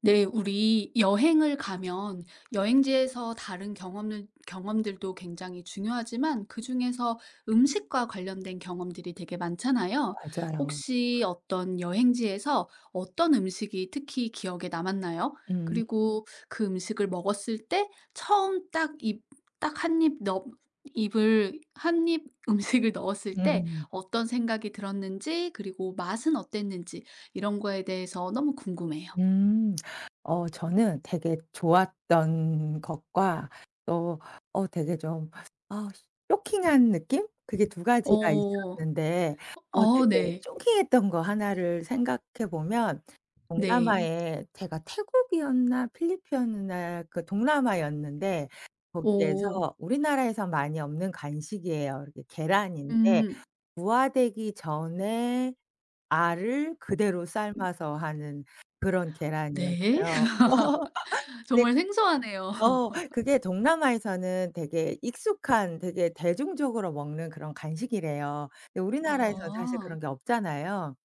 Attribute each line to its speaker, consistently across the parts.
Speaker 1: 네, 우리 여행을 가면 여행지에서 다른 경험을, 경험들도 굉장히 중요하지만 그중에서 음식과 관련된 경험들이 되게 많잖아요.
Speaker 2: 맞아요.
Speaker 1: 혹시 어떤 여행지에서 어떤 음식이 특히 기억에 남았나요?
Speaker 2: 음.
Speaker 1: 그리고 그 음식을 먹었을 때 처음 딱 입, 딱 한 입 넣, 입을, 한 입 음식을 넣었을 때
Speaker 2: 음.
Speaker 1: 어떤 생각이 들었는지, 그리고 맛은 어땠는지 이런 거에 대해서 너무 궁금해요.
Speaker 2: 음. 저는 되게 좋았던 것과 또 되게 좀 아 쇼킹한 느낌? 그게 두 가지가
Speaker 1: 어.
Speaker 2: 있었는데
Speaker 1: 어
Speaker 2: 되게
Speaker 1: 네.
Speaker 2: 쇼킹했던 거 하나를 생각해 보면
Speaker 1: 네.
Speaker 2: 동남아에 제가 태국이었나 필리핀이었나 그 동남아였는데 거기에서
Speaker 1: 오,
Speaker 2: 우리나라에서 많이 없는 간식이에요. 이게 계란인데
Speaker 1: 음.
Speaker 2: 부화되기 전에 알을 그대로 삶아서 하는 그런
Speaker 1: 네.
Speaker 2: 계란이었어요. 네.
Speaker 1: 정말 생소하네요.
Speaker 2: 그게 동남아에서는 되게 익숙한 되게 대중적으로 먹는 그런 간식이래요. 근데 우리나라에선 사실
Speaker 1: 아.
Speaker 2: 그런 게 없잖아요.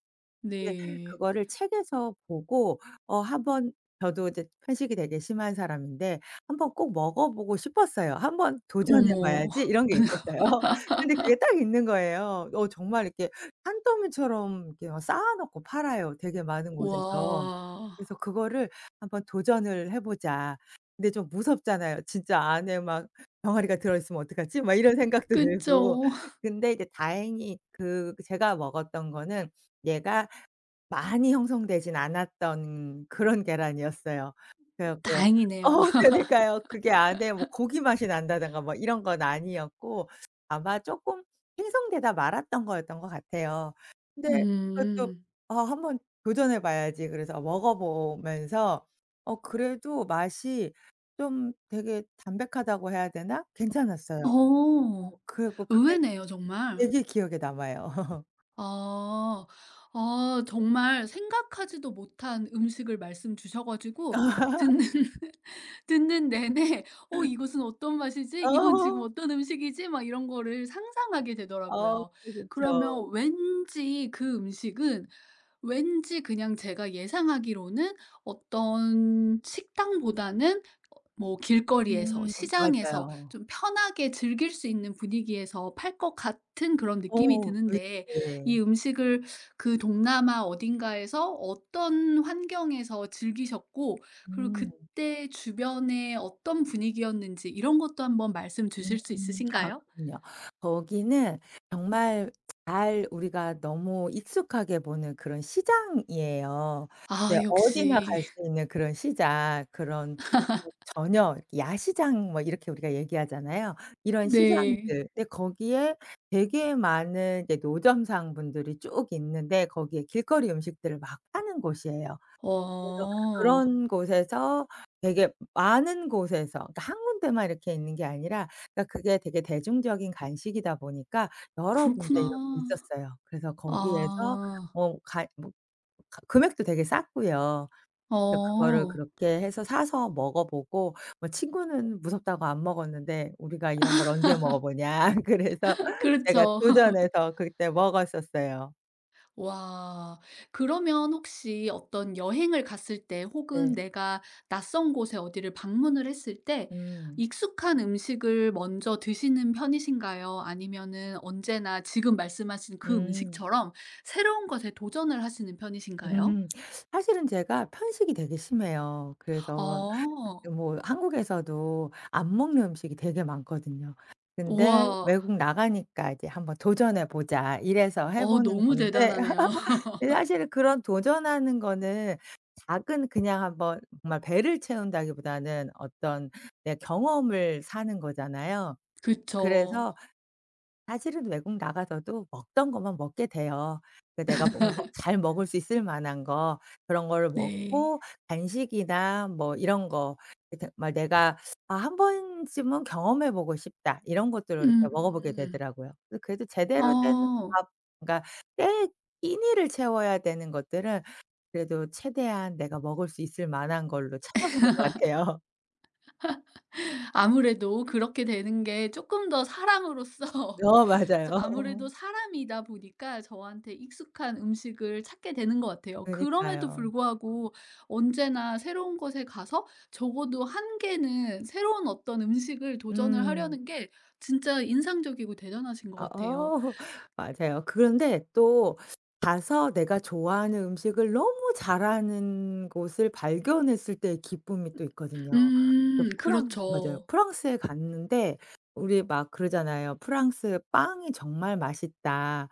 Speaker 2: 이제
Speaker 1: 네.
Speaker 2: 그거를 책에서 보고 한번 저도 이제 편식이 되게 심한 사람인데 '한 번 꼭 먹어 보고 싶었어요. 한 번 도전해
Speaker 1: 어머.
Speaker 2: 봐야지.' 이런 게 있었어요. 근데 그게 딱 있는 거예요. 정말 이렇게 산더미처럼 이렇게 막 쌓아 놓고 팔아요, 되게 많은 곳에서.
Speaker 1: 와.
Speaker 2: 그래서 그거를 '한번 도전을 해 보자.' 근데 좀 무섭잖아요. '진짜 안에 막 병아리가 들어 있으면 어떡하지?' 막 이런 생각도 들고.
Speaker 1: 그쵸.
Speaker 2: 근데 이제 다행히 그 제가 먹었던 거는 얘가 많이 형성되진 않았던 그런 계란이었어요. 그래 갖고
Speaker 1: 다행이네요.
Speaker 2: 그러니까요. 그게 안에 뭐 고기 맛이 난다든가 뭐 이런 건 아니었고 아마 쪼끔 생성되다 말았던 거였던 것 같아요. 근데 그것도
Speaker 1: 음.
Speaker 2: '아 한번 도전해 봐야지.' 그래서 먹어 보면서 그래도 맛이 좀 되게 담백하다고 해야 되나? 괜찮았어요.
Speaker 1: 어.
Speaker 2: 그래 갖고 그게
Speaker 1: 의외네요 정말.
Speaker 2: 되게 기억에 남아요.
Speaker 1: 아. 아 정말 생각하지도 못한 음식을 말씀 주셔 가지고 듣는 듣는 내내 '어 이것은 어떤 맛이지? 이건 지금
Speaker 2: 어.
Speaker 1: 어떤 음식이지?' 막 이런 거를 상상하게
Speaker 2: 어
Speaker 1: 되더라고요.
Speaker 2: 그렇죠.
Speaker 1: 그러면 왠지 그 음식은 왠지 그냥 제가 예상하기로는 어떤 식당보다는 뭐 길거리에서 시장에서
Speaker 2: 맞아요.
Speaker 1: 좀 편하게 즐길 수 있는 분위기에서 팔 것 같은 그런
Speaker 2: 어
Speaker 1: 느낌이
Speaker 2: 예
Speaker 1: 드는데 이
Speaker 2: 네.
Speaker 1: 음식을 그 동남아 어딘가에서 어떤 환경에서 즐기셨고 그리고
Speaker 2: 음.
Speaker 1: 그때 주변에 어떤 분위기였는지 이런 것도 한번 말씀 주실 수
Speaker 2: 음. 아
Speaker 1: 있으신가요?
Speaker 2: 그럼요. 거기는 정말 잘 우리가 너무 익숙하게 보는 그런 시장이에요.
Speaker 1: 아
Speaker 2: 네 어디나
Speaker 1: 역시.
Speaker 2: 갈 수 있는 그런 시장, 그런 저녁 야시장 뭐 이렇게 우리가 얘기하잖아요. 이런
Speaker 1: 네.
Speaker 2: 시장들. 근데 거기에 되게 많은 이제 노점상분들이 쭉 있는데 거기에 길거리 음식들을 막 파는 곳이에요. 그래서
Speaker 1: 어.
Speaker 2: 그런 곳에서 되게 많은 곳에서 그러니까 한 군데만 이렇게 있는 게 아니라 그러니까 그게 되게 대중적인 간식이다 보니까 여러
Speaker 1: 그렇구나.
Speaker 2: 군데 이렇게 있었어요. 그래서 거기에서
Speaker 1: 아.
Speaker 2: 뭐 가 뭐 가 금액도 되게 쌌고요. 그래서 그거를
Speaker 1: 어.
Speaker 2: 그렇게 해서 사서 먹어 보고 뭐 친구는 무섭다고 안 먹었는데 "우리가 이런 걸 언제 먹어 보냐." 그래서 제가
Speaker 1: 그렇죠.
Speaker 2: 도전해서 그때 먹었었어요.
Speaker 1: 와. 그러면 혹시 어떤 여행을 갔을 때 혹은
Speaker 2: 네.
Speaker 1: 내가 낯선 곳에 어디를 방문을 했을 때
Speaker 2: 음.
Speaker 1: 익숙한 음식을 먼저 드시는 편이신가요? 아니면은 언제나 지금 말씀하신 그
Speaker 2: 음.
Speaker 1: 음식처럼 새로운 것에 도전을 하시는 편이신가요?
Speaker 2: 음. 사실은 제가 편식이 되게 심해요. 그래서
Speaker 1: 어.
Speaker 2: 뭐 한국에서도 안 먹는 음식이 되게 많거든요. 근데
Speaker 1: 우와.
Speaker 2: 외국 나가니까 이제 '한번 도전해 보자.' 이래서 해
Speaker 1: 어
Speaker 2: 보는
Speaker 1: 너무
Speaker 2: 건데
Speaker 1: 대단하네요.
Speaker 2: 사 실 그런 도전하는 거는 작은 그냥 한번 정말 배를 채운다기보다는 어떤 내 경험을 사는 거잖아요.
Speaker 1: 그쵸.
Speaker 2: 그래서 사실은 외국 나가서도 먹던 것만 먹게 돼요. 그 내가 뭔가 잘 먹을 수 있을 만한 거 그런 거를
Speaker 1: 네.
Speaker 2: 먹고 간식이나 뭐 이런 거 이렇게 막 내가 '아 한 번쯤은 경험해 보고 싶다.' 이런 것들을 이렇게 먹어보게
Speaker 1: 음.
Speaker 2: 되더라고요. 그래서 그래도 제대로 된
Speaker 1: 어.
Speaker 2: 밥 그러니까 때 끼니를 채워야 되는 것들은 그래도 최대한 내가 먹을 수 있을 만한 걸로 찾아보는 것 같아요.
Speaker 1: 아무래도 그렇게 되는 게 조금 더 사람으로서
Speaker 2: 어
Speaker 1: 저
Speaker 2: 맞아요.
Speaker 1: 아무래도 사람이다 보니까 저한테 익숙한 음식을 찾게 되는 것 같아요. 그럼에도
Speaker 2: 그니까요.
Speaker 1: 불구하고 언제나 새로운 곳에 가서 적어도 한 개는 새로운 어떤 음식을 도전을
Speaker 2: 음.
Speaker 1: 하려는 게 진짜 인상적이고 대단하신 것
Speaker 2: 아
Speaker 1: 같아요.
Speaker 2: 어. 맞아요. 그런데 또 가서 내가 좋아하는 음식을 너무 잘하는 곳을 발견했을 때의 기쁨이 또 있거든요. 그 프랑 맞아요.
Speaker 1: 그렇죠.
Speaker 2: 프랑스에 갔는데 우리 막 그러잖아요. "프랑스 빵이 정말 맛있다."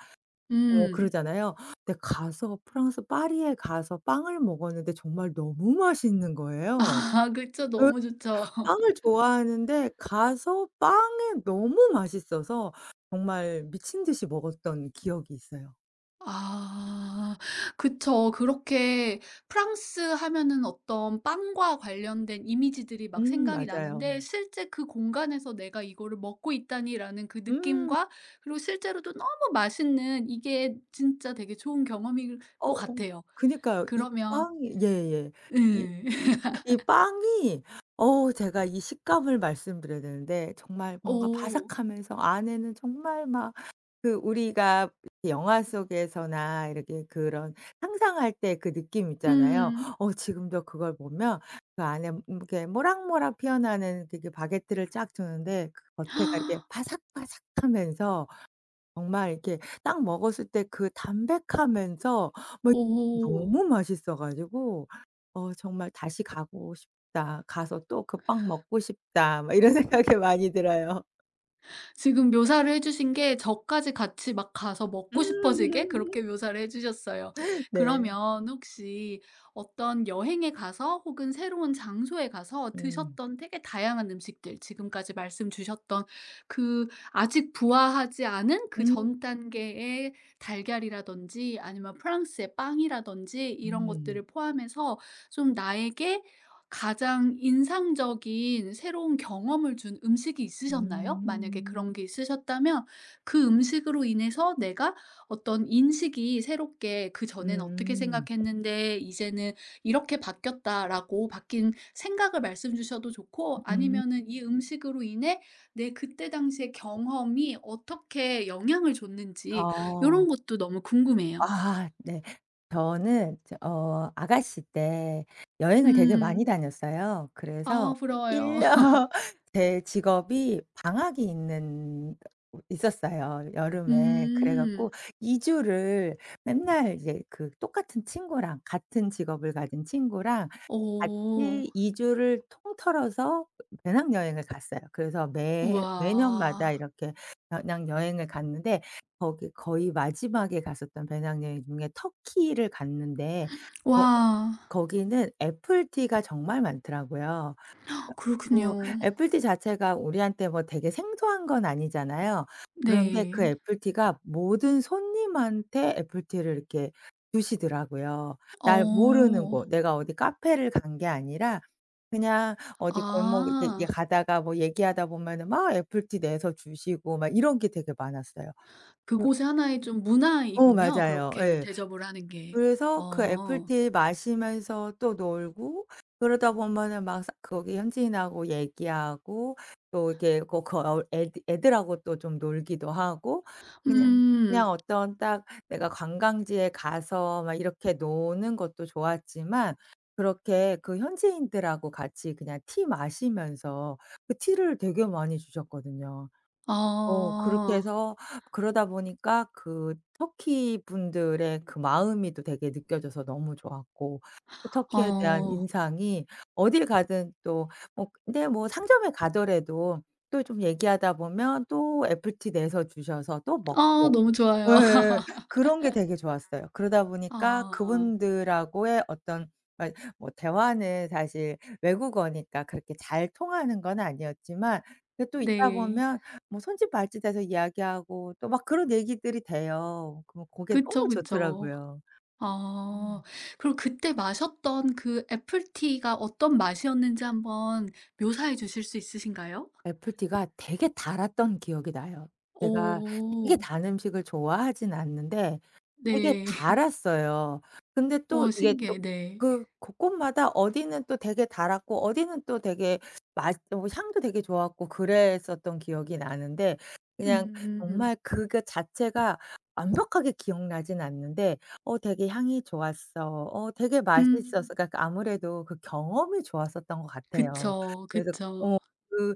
Speaker 2: 뭐
Speaker 1: 음.
Speaker 2: 그러잖아요. 근데 가서 프랑스 파리에 가서 빵을 먹었는데 정말 너무 맛있는 거예요.
Speaker 1: 아 그쵸.
Speaker 2: 예.
Speaker 1: 너무 좋죠.
Speaker 2: 빵을 좋아하는데 가서 빵이 너무 맛있어서 정말 미친 듯이 먹었던 기억이 있어요.
Speaker 1: 아 그쵸. 그렇게 프랑스 하면은 어떤 빵과 관련된 이미지들이 막 생각이 나는데
Speaker 2: 맞아요.
Speaker 1: 실제 그 공간에서 '내가 이거를 먹고 있다니.'라는 그
Speaker 2: 음.
Speaker 1: 느낌과 그리고 실제로도 너무 맛있는 이게 진짜 되게 좋은 경험일 것
Speaker 2: 어어.
Speaker 1: 같아요.
Speaker 2: 그니까요. 이
Speaker 1: 그러면
Speaker 2: 빵이 예예. 이
Speaker 1: 음,
Speaker 2: 이 빵이 어우 제가 이 식감을 말씀드려야 되는데 정말 뭔가
Speaker 1: 오,
Speaker 2: 바삭하면서 안에는 정말 막 그 우리가 영화 속에서나 이렇게 그런 상상할 때 그 느낌 있잖아요.
Speaker 1: 음.
Speaker 2: 지금도 그걸 보면 그 안에 이렇게 모락모락 피어나는 그게 바게트를 쫙 주는데 그 겉에가 이렇게 바삭바삭하면서 정말 이렇게 딱 먹었을 때 그 담백하면서 뭐
Speaker 1: 오.
Speaker 2: 너무 맛있어 가지고 '어 정말 다시 가고 싶다. 가서 또 그 빵 먹고 싶다.' 막 이런 생각이 많이 들어요.
Speaker 1: 지금 묘사를 해 주신 게 저까지 같이 막 가서 먹고 싶어지게 그렇게
Speaker 2: 음.
Speaker 1: 묘사를 해 주셨어요.
Speaker 2: 네.
Speaker 1: 그러면 혹시 어떤 여행에 가서 혹은 새로운 장소에 가서
Speaker 2: 음.
Speaker 1: 드셨던 되게 다양한 음식들 지금까지 말씀 주셨던 그 아직 부화하지 않은 그
Speaker 2: 음.
Speaker 1: 전 단계의 달걀이라든지 아니면 프랑스의 빵이라든지 이런
Speaker 2: 음.
Speaker 1: 것들을 포함해서 좀 나에게 가장 인상적인 새로운 경험을 준 음식이 있으셨나요? 만약에
Speaker 2: 음.
Speaker 1: 그런 게 있으셨다면 그 음식으로 인해서 내가 어떤 인식이 새롭게 그전엔 어떻게
Speaker 2: 음.
Speaker 1: 생각했는데 이제는 이렇게 바뀌었다.'라고 바뀐 생각을 말씀 주셔도 좋고
Speaker 2: 음.
Speaker 1: 아니면은 이 음식으로 인해 내 그때 당시의 경험이 어떻게 영향을 줬는지 이런
Speaker 2: 어.
Speaker 1: 것도 너무 궁금해요.
Speaker 2: 아 네. 저는 아가씨 때 여행을 되게 많이
Speaker 1: 음.
Speaker 2: 다녔어요.
Speaker 1: 아
Speaker 2: 그래서
Speaker 1: 부러워요.
Speaker 2: 1년 제 직업이 방학이 있는 있었어요, 여름에. 그래
Speaker 1: 음.
Speaker 2: 갖고 2주 주를 맨날 이제 그 똑같은 친구랑 같은 직업을 가진 친구랑
Speaker 1: 오...
Speaker 2: 같이 2주 주를 통틀어서 배낭여행을 갔어요. 그래서 매
Speaker 1: 우와.
Speaker 2: 매년마다 이렇게 배낭여행을 갔는데 거기 거의 마지막에 갔었던 배낭여행 중에 터키를 갔는데 거
Speaker 1: 와.
Speaker 2: 거기는 애플티가 정말 많더라고요. 뭐
Speaker 1: 그렇군요.
Speaker 2: 애플티 자체가 우리한테 뭐 되게 생소한 건 아니잖아요. 그런데 그
Speaker 1: 네.
Speaker 2: 애플티가 모든 손님한테 애플티를 이렇게 주시더라고요. 날 모르는
Speaker 1: 어.
Speaker 2: 곳 내가 어디 카페를 간 게 아니라 그냥 어디 골목 이렇게
Speaker 1: 아.
Speaker 2: 이렇게 가다가 뭐 얘기하다 보면은 막 애플티 내서 주시고 막 이런 게 되게 많았어요. 그
Speaker 1: 그곳의 하나의 좀 문화이군요.
Speaker 2: 맞아요.
Speaker 1: 그렇게
Speaker 2: 예.
Speaker 1: 대접을 하는 게.
Speaker 2: 그래서 그
Speaker 1: 어.
Speaker 2: 애플티 마시면서 또 놀고 그러다 보면은 막 사 거기 현지인하고 얘기하고 또 이게거 그 어 애 애들하고 또 좀 놀기도 하고 그냥
Speaker 1: 음.
Speaker 2: 그냥 어떤 딱 내가 관광지에 가서 막 이렇게 노는 것도 좋았지만 그렇게 그 현지인들하고 같이 그냥 티 마시면서 그 티를 되게 많이 주셨거든요.
Speaker 1: 아.
Speaker 2: 그렇게 해서 그러다 보니까 그 터키 분들의 그 마음이 또 되게 느껴져서 너무 좋았고 그 터키에 대한
Speaker 1: 어.
Speaker 2: 인상이 어딜 가든 또 뭐 근데 뭐 상점에 가더라도 또 좀 얘기하다 보면 또 애플티 내서 주셔서 또
Speaker 1: 아
Speaker 2: 먹고
Speaker 1: 너무 좋아요.
Speaker 2: 예 그런 게 되게 좋았어요. 그러다 보니까
Speaker 1: 아.
Speaker 2: 그분들하고의 어떤 뭐 대화는 사실 외국어니까 그렇게 잘 통하는 건 아니었지만 근데 또 있다
Speaker 1: 네.
Speaker 2: 보면 뭐 손짓발짓해서 이야기하고 또 막 그런 얘기들이 돼요. 그럼 그게
Speaker 1: 그쵸,
Speaker 2: 너무
Speaker 1: 그쵸.
Speaker 2: 좋더라고요.
Speaker 1: 아.
Speaker 2: 음.
Speaker 1: 그럼 그때 마셨던 그 애플티가 어떤 맛이었는지 한번 묘사해 주실 수 있으신가요?
Speaker 2: 애플티가 되게 달았던 기억이 나요. 제가 되게
Speaker 1: 오.
Speaker 2: 단 음식을 좋아하진 않는데 되게
Speaker 1: 네.
Speaker 2: 달았어요. 근데 또
Speaker 1: 어
Speaker 2: 이게
Speaker 1: 신기해.
Speaker 2: 또
Speaker 1: 네.
Speaker 2: 그 곳곳마다 어디는 또 되게 달았고 어디는 또 되게 맛 어 향도 되게 좋았고 그랬었던 기억이 나는데
Speaker 1: 음.
Speaker 2: 그냥
Speaker 1: 음.
Speaker 2: 정말 그거 자체가 완벽하게 기억나진 않는데 '어 되게 향이 좋았어. 어 되게
Speaker 1: 음.
Speaker 2: 맛있었어.' 그러니까 아무래도 그 경험이 좋았었던 것 같아요.
Speaker 1: 그쵸,
Speaker 2: 그래서 어
Speaker 1: 그쵸.
Speaker 2: 그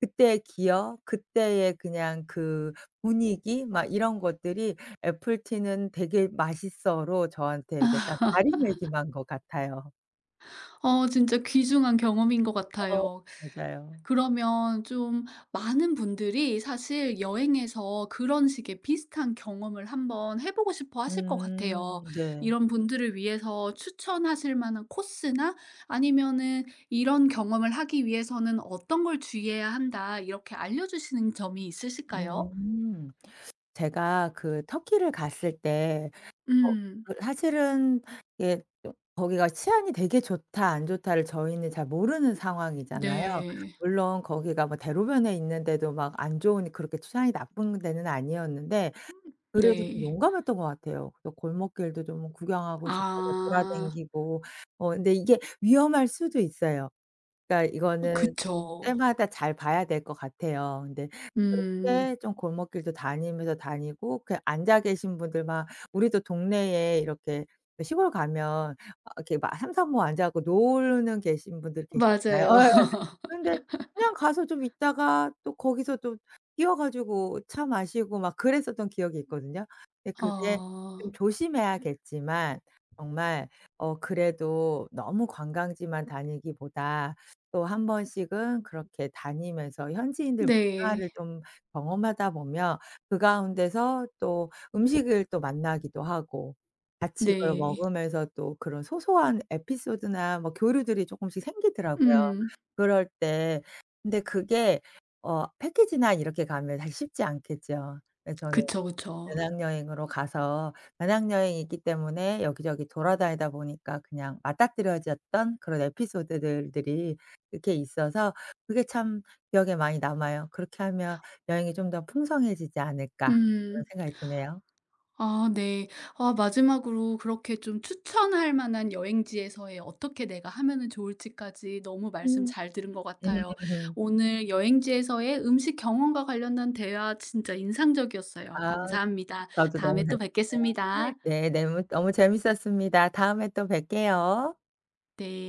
Speaker 2: 그때의 기억, 그때의 그냥 그 분위기 막 이런 것들이 "애플티는 되게 맛있어."로 저한테 이렇게 딱 자리매김한 것 같아요.
Speaker 1: 어 진짜 귀중한 경험인 것
Speaker 2: 어.
Speaker 1: 같아요.
Speaker 2: 맞아요.
Speaker 1: 그러면 좀 많은 분들이 사실 여행에서 그런 식의 비슷한 경험을 한번 해 보고 싶어 하실 것 같아요.
Speaker 2: 음. 네.
Speaker 1: 이런 분들을 위해서 추천하실 만한 코스나 아니면은 "이런 경험을 하기 위해서는 어떤 걸 주의해야 한다." 이렇게 알려 주시는 점이 있으실까요?
Speaker 2: 음. 제가 그 터키를 갔을 때 어
Speaker 1: 음.
Speaker 2: 그 사실은 이게 좀 거기가 치안이 되게 좋다 안 좋다를 저희는 잘 모르는 상황이잖아요.
Speaker 1: 네.
Speaker 2: 물론 거기가 뭐 대로변에 있는데도 막 안 좋은 그렇게 치안이 나쁜 데는 아니었는데
Speaker 1: 음
Speaker 2: 그래도 좀
Speaker 1: 네.
Speaker 2: 용감했던 것 같아요. 그래서 골목길도 좀 구경하고 싶어서
Speaker 1: 아.
Speaker 2: 돌아다니고 근데 이게 위험할 수도 있어요. 그러니까
Speaker 1: 어
Speaker 2: 이거는
Speaker 1: 그쵸.
Speaker 2: 때마다 잘 봐야 될 것 같아요. 근데
Speaker 1: 음.
Speaker 2: 그렇게 좀 골목길도 다니면서 다니고 그 앉아 계신 분들 막 우리도 동네에 이렇게 시골 가면 아 이렇게 막 삼삼오오 앉아 갖고 노는 계신 분들 계시잖아요.
Speaker 1: 맞아요.
Speaker 2: 근데 그냥 가서 좀 있다가 또 거기서 또 뛰어 가지고 차 마시고 막 그랬었던 기억이 있거든요. 근데 그게
Speaker 1: 어.
Speaker 2: 좀 조심해야겠지만 정말 그래도 너무 관광지만 다니기보다 또 한 번씩은 그렇게 다니면서 현지인들 문화를
Speaker 1: 네.
Speaker 2: 좀 경험하다 보면 그 가운데서 또 음식을 또 만나기도 하고 같이 그걸
Speaker 1: 네.
Speaker 2: 먹으면서 또 그런 소소한 에피소드나 뭐 교류들이 조금씩 생기더라고요.
Speaker 1: 음.
Speaker 2: 그럴 때. 근데 그게 패키지나 이렇게 가면 사실 쉽지 않겠죠. 그래서 저는
Speaker 1: 그쵸, 그쵸.
Speaker 2: 배낭여행으로 가서 배낭여행이기 때문에 여기저기 돌아다니다 보니까 그냥 맞닥뜨려졌던 그런 에피소드들들이 이렇게 있어서 그게 참 기억에 많이 남아요. '그렇게 하면 여행이 좀 더 풍성해지지 않을까.'
Speaker 1: 음.
Speaker 2: 그런 생각이 드네요.
Speaker 1: 아 네. 아 마지막으로 그렇게 좀 추천할 만한 여행지에서의 어떻게 내가 하면은 좋을지까지 너무 말씀
Speaker 2: 음.
Speaker 1: 잘 들은 것 같아요. 오늘 여행지에서의 음식 경험과 관련된 대화 진짜 인상적이었어요.
Speaker 2: 아
Speaker 1: 감사합니다.
Speaker 2: 저도
Speaker 1: 다음에
Speaker 2: 너무
Speaker 1: 또
Speaker 2: 재밌어요.
Speaker 1: 뵙겠습니다.
Speaker 2: 네. 네무 너무 재밌었습니다. 다음에 또 뵐게요.
Speaker 1: 네.